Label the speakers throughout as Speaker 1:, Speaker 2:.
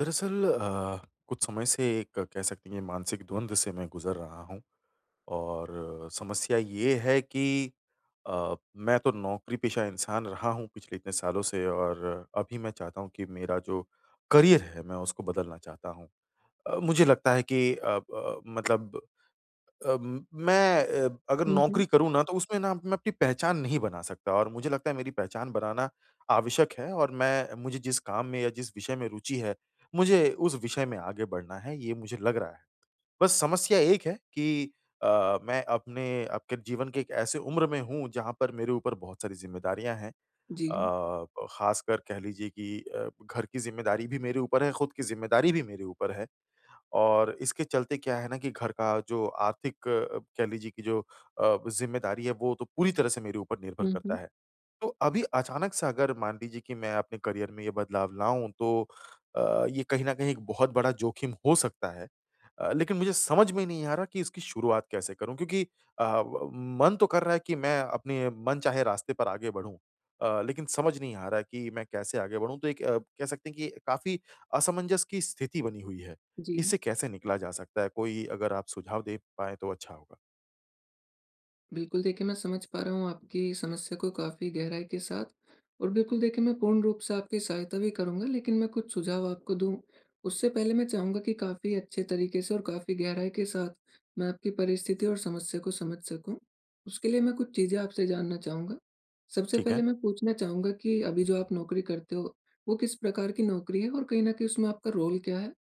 Speaker 1: दरअसल, कुछ समय से एक कह सकते हैं मानसिक द्वंद से मैं गुजर रहा हूँ और समस्या ये है कि मैं तो नौकरी पेशा इंसान रहा हूँ पिछले इतने सालों से और अभी मैं चाहता हूँ कि मेरा जो करियर है मैं उसको बदलना चाहता हूँ। मुझे लगता है कि मतलब मैं अगर
Speaker 2: हुँ, हुँ।
Speaker 1: नौकरी करूँ ना तो उसमें ना मैं अपनी पहचान नहीं बना सकता और मुझे लगता है मेरी पहचान बनाना आवश्यक है और मैं मुझे जिस काम में या जिस विषय में रुचि है, मुझे उस विषय में आगे बढ़ना है, ये मुझे लग रहा है। बस समस्या एक है कि मैं अपने आपके जीवन के एक ऐसे उम्र में हूँ जहाँ पर मेरे ऊपर बहुत सारी ज़िम्मेदारियाँ हैं।
Speaker 2: जी।
Speaker 1: अ, ख़ासकर कह लीजिए कि घर की ज़िम्मेदारी भी मेरे ऊपर है, खुद की ज़िम्मेदारी भी मेरे ऊपर है। और इसके चलते क्या है ना कि घर का जो आर्थिक, कह लीजिए कि जो ज़िम्मेदारी है वो तो पूरी तरह से मेरे ऊपर निर्भर
Speaker 2: हुँ,
Speaker 1: करता
Speaker 2: हुँ।
Speaker 1: है। तो अभी अचानक से अगर मान लीजिए कि मैं अपने करियर में ये बदलाव लाऊँ तो ये कहीं न कहीं एक बहुत बड़ा जोखिम हो सकता है। लेकिन मुझे समझ में नहीं आ रहा कि इसकी शुरुआत कैसे करूँ? क्योंकि अ, व मन तो कर रहा है कि मैं अपने मनचाहे रास्ते पर आगे बढ़ूँ। लेकिन समझ नहीं आ रहा है कि मैं कैसे आगे बढ़ूँ? तो एक कह सकते हैं कि काफ़ी असमंजस की स्थिति बनी हुई है।
Speaker 2: जी।
Speaker 1: इससे कैसे निकला जा सकता है? कोई अगर आप सुझाव दे पाएँ तो अच्छा होगा।
Speaker 2: बिल्कुल, देखिए मैं समझ पा रहा हूँ आपकी समस्या को काफ़ी गहराई के साथ। और बिल्कुल देखिए, मैं पूर्ण रूप से आपकी सहायता भी करूँगा, लेकिन मैं कुछ सुझाव आपको दूँ, उससे पहले मैं चाहूँगा कि काफ़ी अच्छे तरीके से और काफ़ी गहराई के साथ मैं आपकी परिस्थिति और समस्या को समझ सकूँ। उसके लिए मैं कुछ चीज़ें आपसे जानना चाहूँगा। सबसे
Speaker 1: ठीक है।
Speaker 2: पहले मैं पूछना चाहूँगा कि अभी जो आप नौकरी करते हो, वो किस प्रकार की नौकरी है और कहीं न कहीं उसमें आपका रोल क्या है?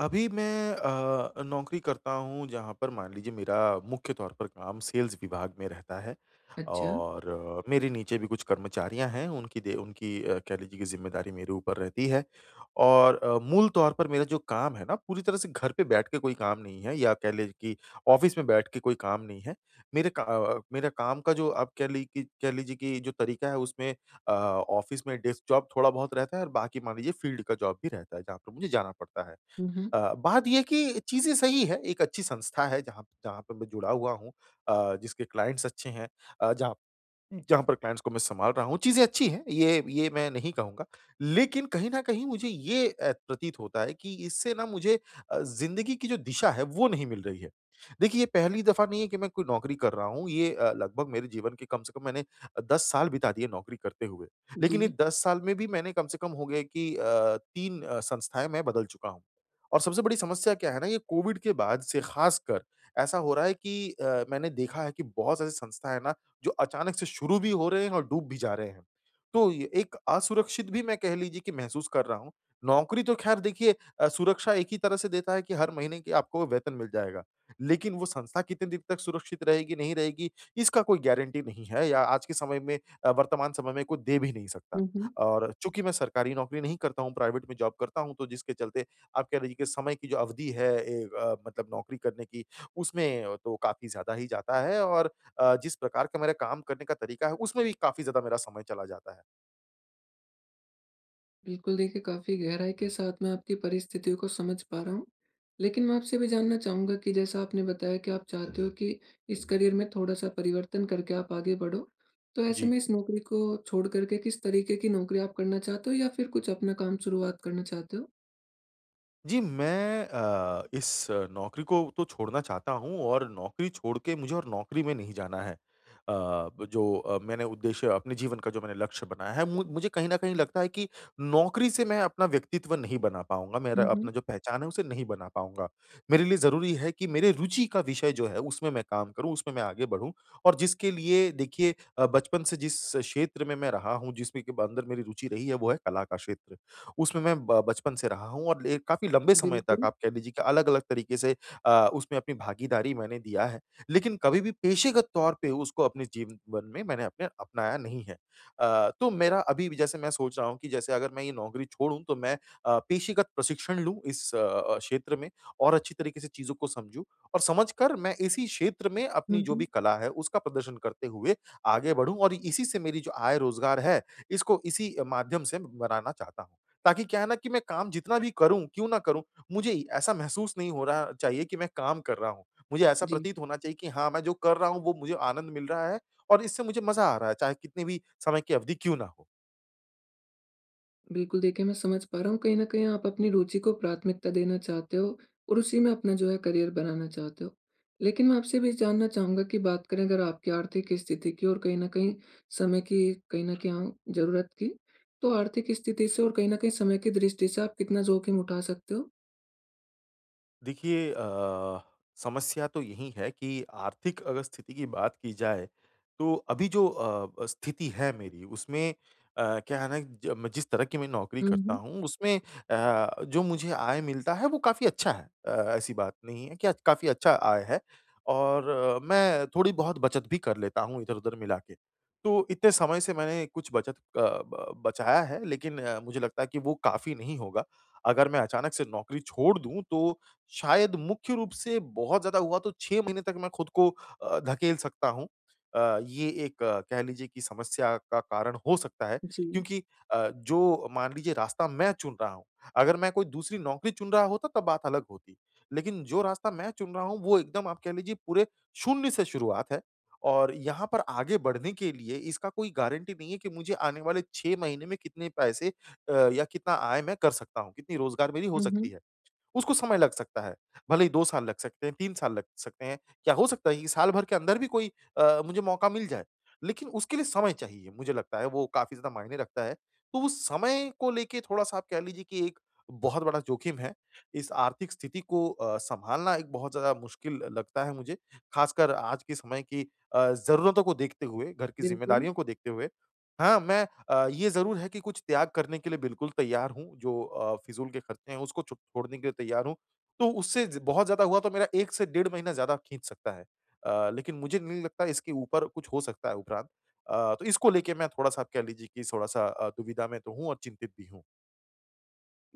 Speaker 1: अभी मैं नौकरी करता हूँ जहाँ पर मान लीजिए मेरा मुख्य तौर पर काम सेल्स विभाग में रहता है
Speaker 2: अच्छा।
Speaker 1: और मेरे नीचे भी कुछ कर्मचारियाँ हैं उनकी कह लीजिए कि ज़िम्मेदारी मेरे ऊपर रहती है और मूल तौर पर मेरा जो काम है ना पूरी तरह से घर पे बैठ के कोई काम नहीं है या कह लीजिए कि ऑफिस में बैठ के कोई काम नहीं है। मेरा काम का जो आप कह लीजिए कि जो तरीका है उसमें ऑफिस में डेस्क जॉब थोड़ा बहुत रहता है और बाकी मान लीजिए फील्ड का जॉब भी रहता है जहाँ पर मुझे जाना पड़ता है।
Speaker 2: हुँ, हुँ।
Speaker 1: बात ये है कि चीज़ें सही है, एक अच्छी संस्था है जहाँ जहाँ पे मैं जुड़ा हुआ हूँ, जिसके क्लाइंट्स अच्छे हैं, जहाँ जहाँ पर क्लाइंट्स को मैं सँभाल रहा हूँ, चीज़ें अच्छी हैं, ये मैं नहीं कहूँगा। लेकिन कहीं न कहीं मुझे ये प्रतीत होता है कि इससे ना मुझे ज़िंदगी की जो दिशा है, वो नहीं मिल रही है। देखिए, ये पहली दफ़ा नहीं है कि मैं कोई नौकरी कर रहा हूँ, ये लगभग मेरे जीवन के कम से कम मैंने 10 साल बिता दिए नौकरी करते हुए। लेकिन ये
Speaker 2: जी।
Speaker 1: 10 साल में भी मैंने कम से कम हो गए कि 3 संस्थाएँ मैं बदल चुका हूँ। और सबसे बड़ी समस्या क्या है ना, ये कोविड के बाद से ख़ासकर ऐसा हो रहा है कि मैंने देखा है कि बहुत सारी संस्थाएँ ना जो अचानक से शुरू भी हो रहे हैं और डूब भी जा रहे हैं। तो ये एक असुरक्षित भी मैं कह लीजिए कि महसूस कर रहा हूँ। नौकरी तो ख़ैर देखिए सुरक्षा एक ही तरह से देता है कि हर महीने की आपको वेतन मिल जाएगा। लेकिन वो संस्था कितने दिन तक सुरक्षित रहेगी, नहीं रहेगी, इसका कोई गारंटी नहीं है या आज के समय में, वर्तमान समय में कोई दे भी नहीं सकता।
Speaker 2: हुँ, हुँ।
Speaker 1: और चूँकि मैं सरकारी नौकरी नहीं करता हूँ, प्राइवेट में जॉब करता हूँ, तो जिसके चलते आप कह लीजिए कि समय की जो अवधि है मतलब नौकरी करने की, उसमें तो काफ़ी ज़्यादा ही जाता है और जिस प्रकार का मेरा काम करने का तरीका है उसमें भी काफ़ी ज़्यादा मेरा समय चला जाता है।
Speaker 2: बिल्कुल, देखिए काफ़ी गहराई के साथ मैं आपकी परिस्थितियों को समझ पा रहा हूँ। लेकिन मैं आपसे भी जानना चाहूँगा कि जैसा आपने बताया कि आप चाहते हो कि इस करियर में थोड़ा-सा परिवर्तन करके आप आगे बढ़ो। तो ऐसे
Speaker 1: जी।
Speaker 2: में इस नौकरी को छोड़ कर के किस तरीके की नौकरी आप करना चाहते हो या फिर कुछ अपना काम शुरुआत करना चाहते हो?
Speaker 1: जी, मैं इस नौकरी को तो छोड़ना चाहता हूँ और नौकरी छोड़ के मुझे और नौकरी में नहीं जाना है। अ, ब जो मैंने उद्देश्य अपने जीवन का जो मैंने लक्ष्य बनाया है, मु मुझे कहीं न कहीं लगता है कि नौकरी से मैं अपना व्यक्तित्व नहीं बना पाऊँगा, मेरा
Speaker 2: हुँ,
Speaker 1: अपना
Speaker 2: हुँ।
Speaker 1: जो पहचान है, उसे नहीं बना पाऊँगा। मेरे लिए ज़रूरी है कि मेरे रुचि का विषय जो है, उसमें मैं काम करूँ, उसमें मैं आगे बढ़ूँ और जिसके लिए देखिए बचपन से जिस क्षेत्र में मैं रहा हूँ, जिसमें के अंदर मेरी रुचि रही है, वो है कला का क्षेत्र। उसमें मैं ब बचपन से रहा हूँ और ले काफ़ी लंबे समय तक
Speaker 2: बिल्कुल।
Speaker 1: आप कह लीजिए कि अलग-अलग तरीके से उसमें अपनी भागीदारी मैंने दिया है। लेकिन कभी भी पेशेगत तौर पे उसको अपने जीवन में मैंने अपने अपनाया नहीं है। तो मेरा अभी भी जैसे मैं सोच रहा हूँ कि जैसे अगर मैं ये नौकरी छोड़ूँ तो मैं पेशेगत प्रशिक्षण लूँ इस क्षेत्र में और अच्छी तरीके से चीज़ों को समझूँ और समझकर मैं इसी क्षेत्र में
Speaker 2: हुँ,
Speaker 1: अपनी जो भी
Speaker 2: हुँ।
Speaker 1: कला है उसका प्रदर्शन करते हुए आगे बढ़ूँ और इसी से मेरी जो आय रोज़गार है, इसको इसी माध्यम से बनाना चाहता हूँ। ताकि क्या है ना कि मैं काम जितना भी करूँ, क्यों ना करूँ, मुझे ऐसा महसूस नहीं हो रहा चाहिए कि मैं काम कर रहा हूँ। मुझे ऐसा
Speaker 2: जी।
Speaker 1: प्रतीत होना चाहिए कि हाँ, मैं जो कर रहा हूँ, वो मुझे आनंद मिल रहा है और इससे मुझे मज़ा आ रहा है, चाहे कितने भी समय की अवधि क्यों ना हो।
Speaker 2: बिल्कुल, देखिए मैं समझ पा रहा हूँ, कहीं न कहीं आप अपनी रुचि को प्राथमिकता देना चाहते हो और उसी में अपना जो है करियर बनाना चाहते हो। लेकिन मैं आपसे भी जानना चाहूँगा कि बात करें अगर आपकी आर्थिक स्थिति की और कहीं न कहीं समय की, कहीं न कहीं ज़रूरत की, तो आर्थिक स्थिति से और कहीं न कहीं समय की दृष्टि से आप कितना जोखिम उठा सकते हो?
Speaker 1: देखिए, समस्या तो यही है कि आर्थिक अगर स्थिति की बात की जाए, तो अभी जो स्थिति है मेरी उसमें क्या है ना ज मैं जिस तरह की मैं नौकरी
Speaker 2: हुँ,
Speaker 1: करता
Speaker 2: हुँ।
Speaker 1: हूँ उसमें जो मुझे आय मिलता है वो काफ़ी अच्छा है। ऐसी बात नहीं है कि काफ़ी अच्छा आय है और मैं थोड़ी बहुत बचत भी कर लेता हूँ इधर-उधर मिला के। तो इतने समय से मैंने कुछ बचत अ, ब बचाया है लेकिन मुझे लगता है कि वो काफ़ी नहीं होगा। अगर मैं अचानक से नौकरी छोड़ दूँ तो शायद मुख्य रूप से बहुत ज़्यादा हुआ तो 6 महीने तक मैं खुद को धकेल सकता हूँ। ये एक कह लीजिए कि समस्या का कारण हो सकता है
Speaker 2: जी।
Speaker 1: क्योंकि जो मान लीजिए रास्ता मैं चुन रहा हूँ, अगर मैं कोई दूसरी नौकरी चुन रहा होता तब बात अलग होती। लेकिन जो रास्ता मैं चुन रहा हूँ वो एकदम आप कह लीजिए पूरे शून्य से शुरुआत है और यहाँ पर आगे बढ़ने के लिए इसका कोई गारंटी नहीं है कि मुझे आने वाले 6 महीने में कितने पैसे या कितना आय मैं कर सकता हूँ, कितनी रोज़गार मेरी हो
Speaker 2: हुँ,
Speaker 1: सकती
Speaker 2: हुँ।
Speaker 1: है। उसको समय लग सकता है। भले ही 2 साल लग सकते हैं, 3 साल लग सकते हैं, या हो सकता है कि साल भर के अंदर भी कोई मुझे मौका मिल जाए। लेकिन उसके लिए समय चाहिए, मुझे लगता है वो काफ़ी ज़्यादा मायने रखता है। तो उस समय को लेके थोड़ा-सा आप कह लीजिए कि एक बहुत बड़ा जोखिम है। इस आर्थिक स्थिति को सँभालना एक बहुत ज़्यादा मुश्किल लगता है मुझे, ख़ासकर आज के समय की ज़रूरतों को देखते हुए, घर की
Speaker 2: बिल्कुल।
Speaker 1: ज़िम्मेदारियों को देखते हुए। हाँ, मैं ये ज़रूर है कि कुछ त्याग करने के लिए बिल्कुल तैयार हूँ, जो फ़िज़ूल के खर्चे हैं उसको छो छोड़ने के लिए तैयार हूँ। तो उससे ज बहुत ज़्यादा हुआ तो मेरा 1 से डेढ़ महीना ज़्यादा खींच सकता है। लेकिन मुझे नहीं लगता इसके ऊपर कुछ हो सकता है उपरांत। तो इसको लेके मैं थोड़ा-सा आप कह लीजिए कि थोड़ा-सा दुविधा में तो हूँ और चिंतित भी हूँ।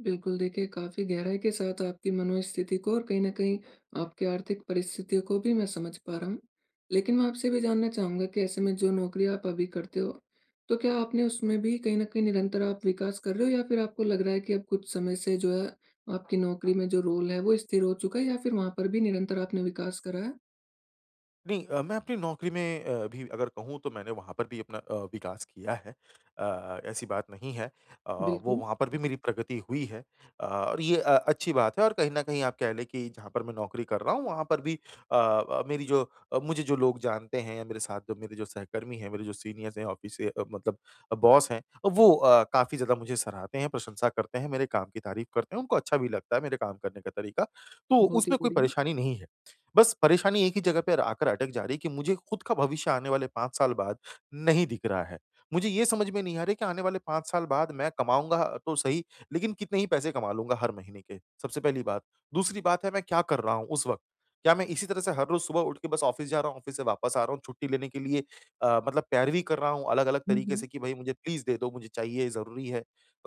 Speaker 2: बिल्कुल, देखिए काफ़ी गहराई के साथ आपकी मनोस्थिति को और कहीं न कहीं आपकी आर्थिक परिस्थितियों को भी मैं समझ पा रहा हूँ। लेकिन मैं आपसे भी जानना चाहूँगा कि ऐसे में जो नौकरी आप अभी करते हो, तो क्या आपने उसमें भी कहीं न कहीं निरंतर आप विकास कर रहे हो, या फिर आपको लग रहा है कि अब कुछ समय से जो है आपकी नौकरी में जो रोल है वो स्थिर हो चुका है, या फिर वहाँ पर भी निरंतर आपने विकास करा है?
Speaker 1: नहीं, मैं अपनी नौकरी में भी अगर कहूँ तो मैंने वहाँ पर भी अपना विकास किया है। ऐसी बात नहीं है। वो
Speaker 2: बिल्कुल,
Speaker 1: वहाँ पर भी मेरी प्रगति हुई है, और ये अच्छी बात है और कहीं न कहीं आप कह लें कि जहाँ पर मैं नौकरी कर रहा हूँ वहाँ पर भी अ अ, मेरी जो मुझे जो लोग जानते हैं या मेरे साथ जो मेरे जो सहकर्मी हैं, मेरे जो सीनियर्स हैं ऑफ़िस से मतलब बॉस हैं, वो काफ़ी ज़्यादा मुझे सराहते हैं, प्रशंसा करते हैं, मेरे काम की तारीफ़ करते हैं, उनको अच्छा भी लगता है मेरे काम करने का तरीका। तो
Speaker 2: बहुत ही
Speaker 1: उसमें कोई
Speaker 2: बढ़िया।
Speaker 1: परेशानी नहीं है। बस परेशानी एक ही जगह पर आकर अटक जा रही है कि मुझे खुद का भविष्य आने वाले 5 साल बाद नहीं दिख रहा है। मुझे ये समझ में नहीं आ रहा है कि आने वाले 5 साल बाद मैं कमाऊँगा तो सही, लेकिन कितने ही पैसे कमा लूँगा हर महीने के, सबसे पहली बात। दूसरी बात है मैं क्या कर रहा हूँ उस वक़्त? क्या मैं इसी तरह से हर रोज़ सुबह उठ के बस ऑफ़िस जा रहा हूँ, ऑफ़िस से वापस आ रहा हूँ, छुट्टी लेने के लिए मतलब पैरवी कर रहा हूँ अलग-अलग
Speaker 2: हुँ,
Speaker 1: तरीके
Speaker 2: हुँ।
Speaker 1: से कि भई मुझे प्लीज़ दे दो, मुझे चाहिए, ज़रूरी है।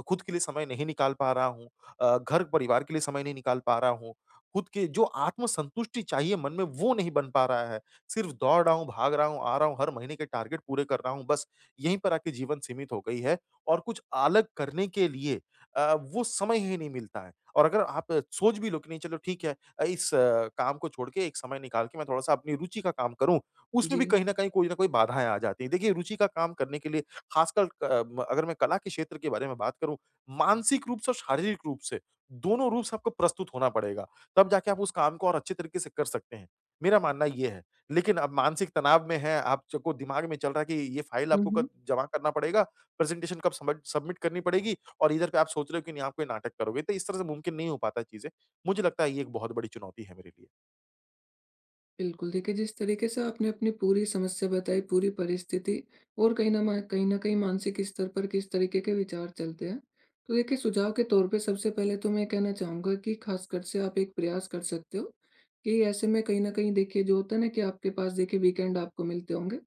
Speaker 1: खुद के लिए समय नहीं निकाल पा रहा हूँ, घर परिवार के लिए समय नहीं निकाल पा रहा हूँ। खुद के जो आत्मसंतुष्टि चाहिए मन में वो नहीं बन पा रहा है। सिर्फ़ दौड़ रहा हूँ, भाग रहा हूँ, आ रहा हूँ, हर महीने के टारगेट पूरे कर रहा हूँ बस, यहीं पर आके जीवन सीमित हो गई है और कुछ अलग करने के लिए वो समय ही नहीं मिलता है। और अगर आप सोच भी लो कि नहीं चलो ठीक है, इस काम को छोड़ के एक समय निकाल के मैं थोड़ा-सा अपनी रुचि का काम करूँ, उसमें
Speaker 2: जी।
Speaker 1: भी कहीं न कहीं कोई न कोई बाधाएँ आ जाती हैं। देखिए रुचि का काम करने के लिए ख़ासकर क अ, म अगर मैं कला के क्षेत्र के बारे में बात करूँ, मानसिक रूप से और शारीरिक रूप से, दोनों रूप से आपको प्रस्तुत होना पड़ेगा। तब जाके आप उस काम को और अच्छे तरीके से कर सकते हैं। मेरा मानना ये है। लेकिन अब मानसिक तनाव में हैं, आप च को दिमाग में चल रहा है कि ये फ़ाइल
Speaker 2: हम्म,
Speaker 1: आपको कब जमा करना पड़ेगा, प्रेज़ेंटेशन कब सबमिट सबमिट करनी पड़ेगी और इधर पे आप सोच रहे हो कि नहीं आप कोई नाटक करोगे। तो इस तरह से मुमकिन नहीं हो पाता चीज़ें। मुझे लगता है ये एक बहुत बड़ी चुनौती है मेरे लिए।
Speaker 2: बिल्कुल, देखिए जिस तरीके से आपने अपनी पूरी समस्या बताई, पूरी परिस्थिति, और कहीं न कहीं मानसिक स्तर पर किस तरीके के विचार चलते हैं। तो देखिए सुझाव के तौर पे, सबसे पहले तो मैं कहना चाहूँगा कि ख़ासकर से आप एक प्रयास कर सकते हो, कि ऐसे में कहीं न कहीं देखिए, जो होता है ना कि आपके पास देखिए वीकेंड आपको मिलते होंगे,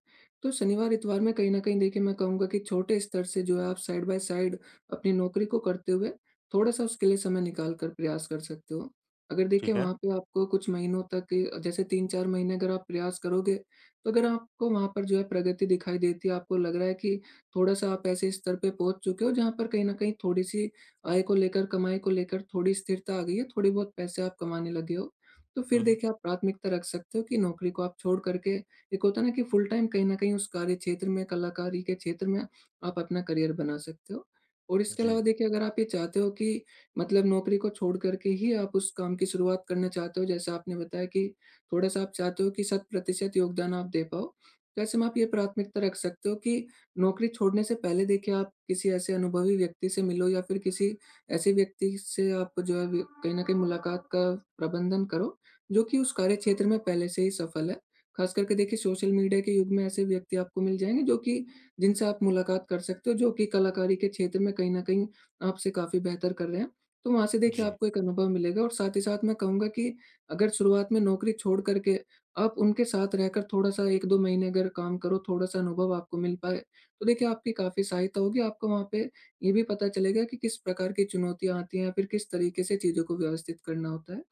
Speaker 2: तो शनिवार-इतवार में कहीं न कहीं देखिए, मैं कहूँगा कि छोटे स्तर से जो है आप साइड बाय साइड अपनी नौकरी को करते हुए, थोड़ा-सा उसके लिए समय निकाल कर प्रयास कर सकते हो। अगर देखिए
Speaker 1: ठीक है।
Speaker 2: वहाँ पे आपको कुछ महीनों तक, जैसे 3-4 महीने अगर आप प्रयास करोगे, तो अगर आपको वहाँ पर जो है प्रगति दिखाई देती है, आपको लग रहा है कि थोड़ा-सा आप ऐसे स्तर पे पहुँच चुके हो जहाँ पर कहीं न कहीं थोड़ी-सी आय को लेकर, कमाई को लेकर थोड़ी स्थिरता आ गई है, थोड़े बहुत पैसे आप कमाने लगे हो। तो
Speaker 1: हुँ,
Speaker 2: फिर
Speaker 1: हुँ।
Speaker 2: देखिए आप प्राथमिकता रख सकते हो कि नौकरी को आप छोड़ कर के, एक होता है ना कि फुल टाइम कहीं न कहीं उस कार्य क्षेत्र में, कलाकारी के क्षेत्र में आप अपना करियर बना सकते हो। और इसके
Speaker 1: जी।
Speaker 2: अलावा देखिए, अगर आप ये चाहते हो कि मतलब नौकरी को छोड़ कर के ही आप उस काम की शुरुआत करना चाहते हो, जैसा आपने बताया कि थोड़ा-सा आप चाहते हो कि शत प्रतिशत योगदान आप दे पाओ। तो ऐसे में आप ये प्राथमिकता रख सकते हो कि नौकरी छोड़ने से पहले देखिए आप किसी ऐसे अनुभवी व्यक्ति से मिलो, या फिर किसी ऐसे व्यक्ति से आप जो है व कहीं न कहीं मुलाकात का प्रबंधन करो, जो कि उस कार्यक्षेत्र में पहले से ही सफल है। ख़ास करके देखिए सोशल मीडिया के युग में ऐसे व्यक्ति आपको मिल जाएँगे जो कि जिनसे आप मुलाकात कर सकते हो, जो कि कलाकारी के क्षेत्र में कहीं न कहीं आपसे काफ़ी बेहतर कर रहे हैं। तो वहाँ से देखिए
Speaker 1: जी।
Speaker 2: आपको एक अनुभव मिलेगा, और साथ ही साथ मैं कहूँगा कि अगर शुरुआत में नौकरी छोड़ कर के आप उनके साथ रहकर थोड़ा-सा 1-2 महीने अगर काम करो, थोड़ा-सा अनुभव आपको मिल पाए, तो देखिए आपकी काफ़ी सहायता होगी। आपको वहाँ पे ये भी पता चलेगा कि किस प्रकार की चुनौतियाँ आती हैं, या फिर किस तरीके से चीज़ों को व्यवस्थित करना होता है।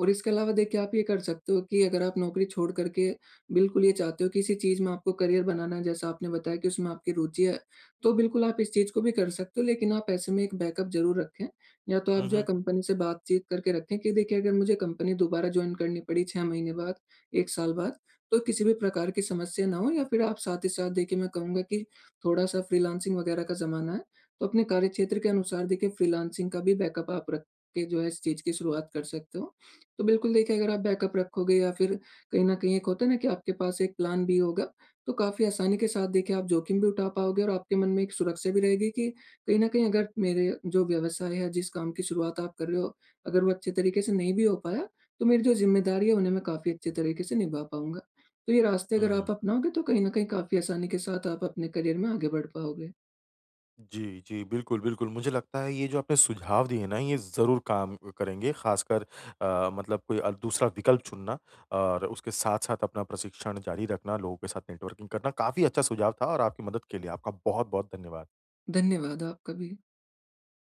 Speaker 2: और इसके अलावा देखिए आप ये कर सकते हो कि अगर आप नौकरी छोड़ कर के बिल्कुल ये चाहते हो किसी चीज़ में आपको करियर बनाना है, जैसा आपने बताया कि उसमें आपकी रुचि है, तो बिल्कुल आप इस चीज़ को भी कर सकते हो, लेकिन आप ऐसे में एक बैकअप ज़रूर रखें। या तो
Speaker 1: हुँ,
Speaker 2: आप जो है
Speaker 1: हुँ।
Speaker 2: कंपनी से बातचीत करके रखें कि देखिए अगर मुझे कंपनी दोबारा जॉइन करनी पड़ी 6 महीने बाद, 1 साल बाद, तो किसी भी प्रकार की समस्या ना हो, या फिर आप साथ ही साथ देखिए, मैं कहूँगा कि थोड़ा-सा फ्रीलांसिंग वगैरह का ज़माना है, तो अपने कार्यक्षेत्र के अनुसार देखिए फ्रीलांसिंग का भी बैकअप आप रख के जो है इस चीज़ की शुरुआत कर सकते हो। तो बिल्कुल देखिए अगर आप बैकअप रखोगे, या फिर कहीं न कहीं एक होता है ना कि आपके पास एक प्लान बी होगा, तो काफ़ी आसानी के साथ देखिए आप जोखिम भी उठा पाओगे, और आपके मन में एक सुरक्षा भी रहेगी कि कहीं न कहीं अगर मेरे जो व्यवसाय है, जिस काम की शुरुआत आप कर रहे हो, अगर वो अच्छे तरीके से नहीं भी हो पाया, तो मेरी जो ज़िम्मेदारी है उन्हें मैं काफ़ी अच्छे तरीके से निभा पाऊँगा। तो ये रास्ते अगर
Speaker 1: हुँ।
Speaker 2: आप अपनाओगे, तो कहीं न कहीं काफ़ी आसानी के साथ आप अपने करियर में आगे बढ़ पाओगे।
Speaker 1: जी, जी। बिल्कुल, बिल्कुल। मुझे लगता है ये जो आपने सुझाव दिए ना ये ज़रूर काम करेंगे ख़ासकर मतलब कोई दूसरा विकल्प चुनना और उसके साथ-साथ अपना प्रशिक्षण जारी रखना, लोगों के साथ नेटवर्किंग करना काफ़ी अच्छा सुझाव था और आपकी मदद के लिए आपका बहुत-बहुत धन्यवाद।
Speaker 2: धन्यवाद आपका भी।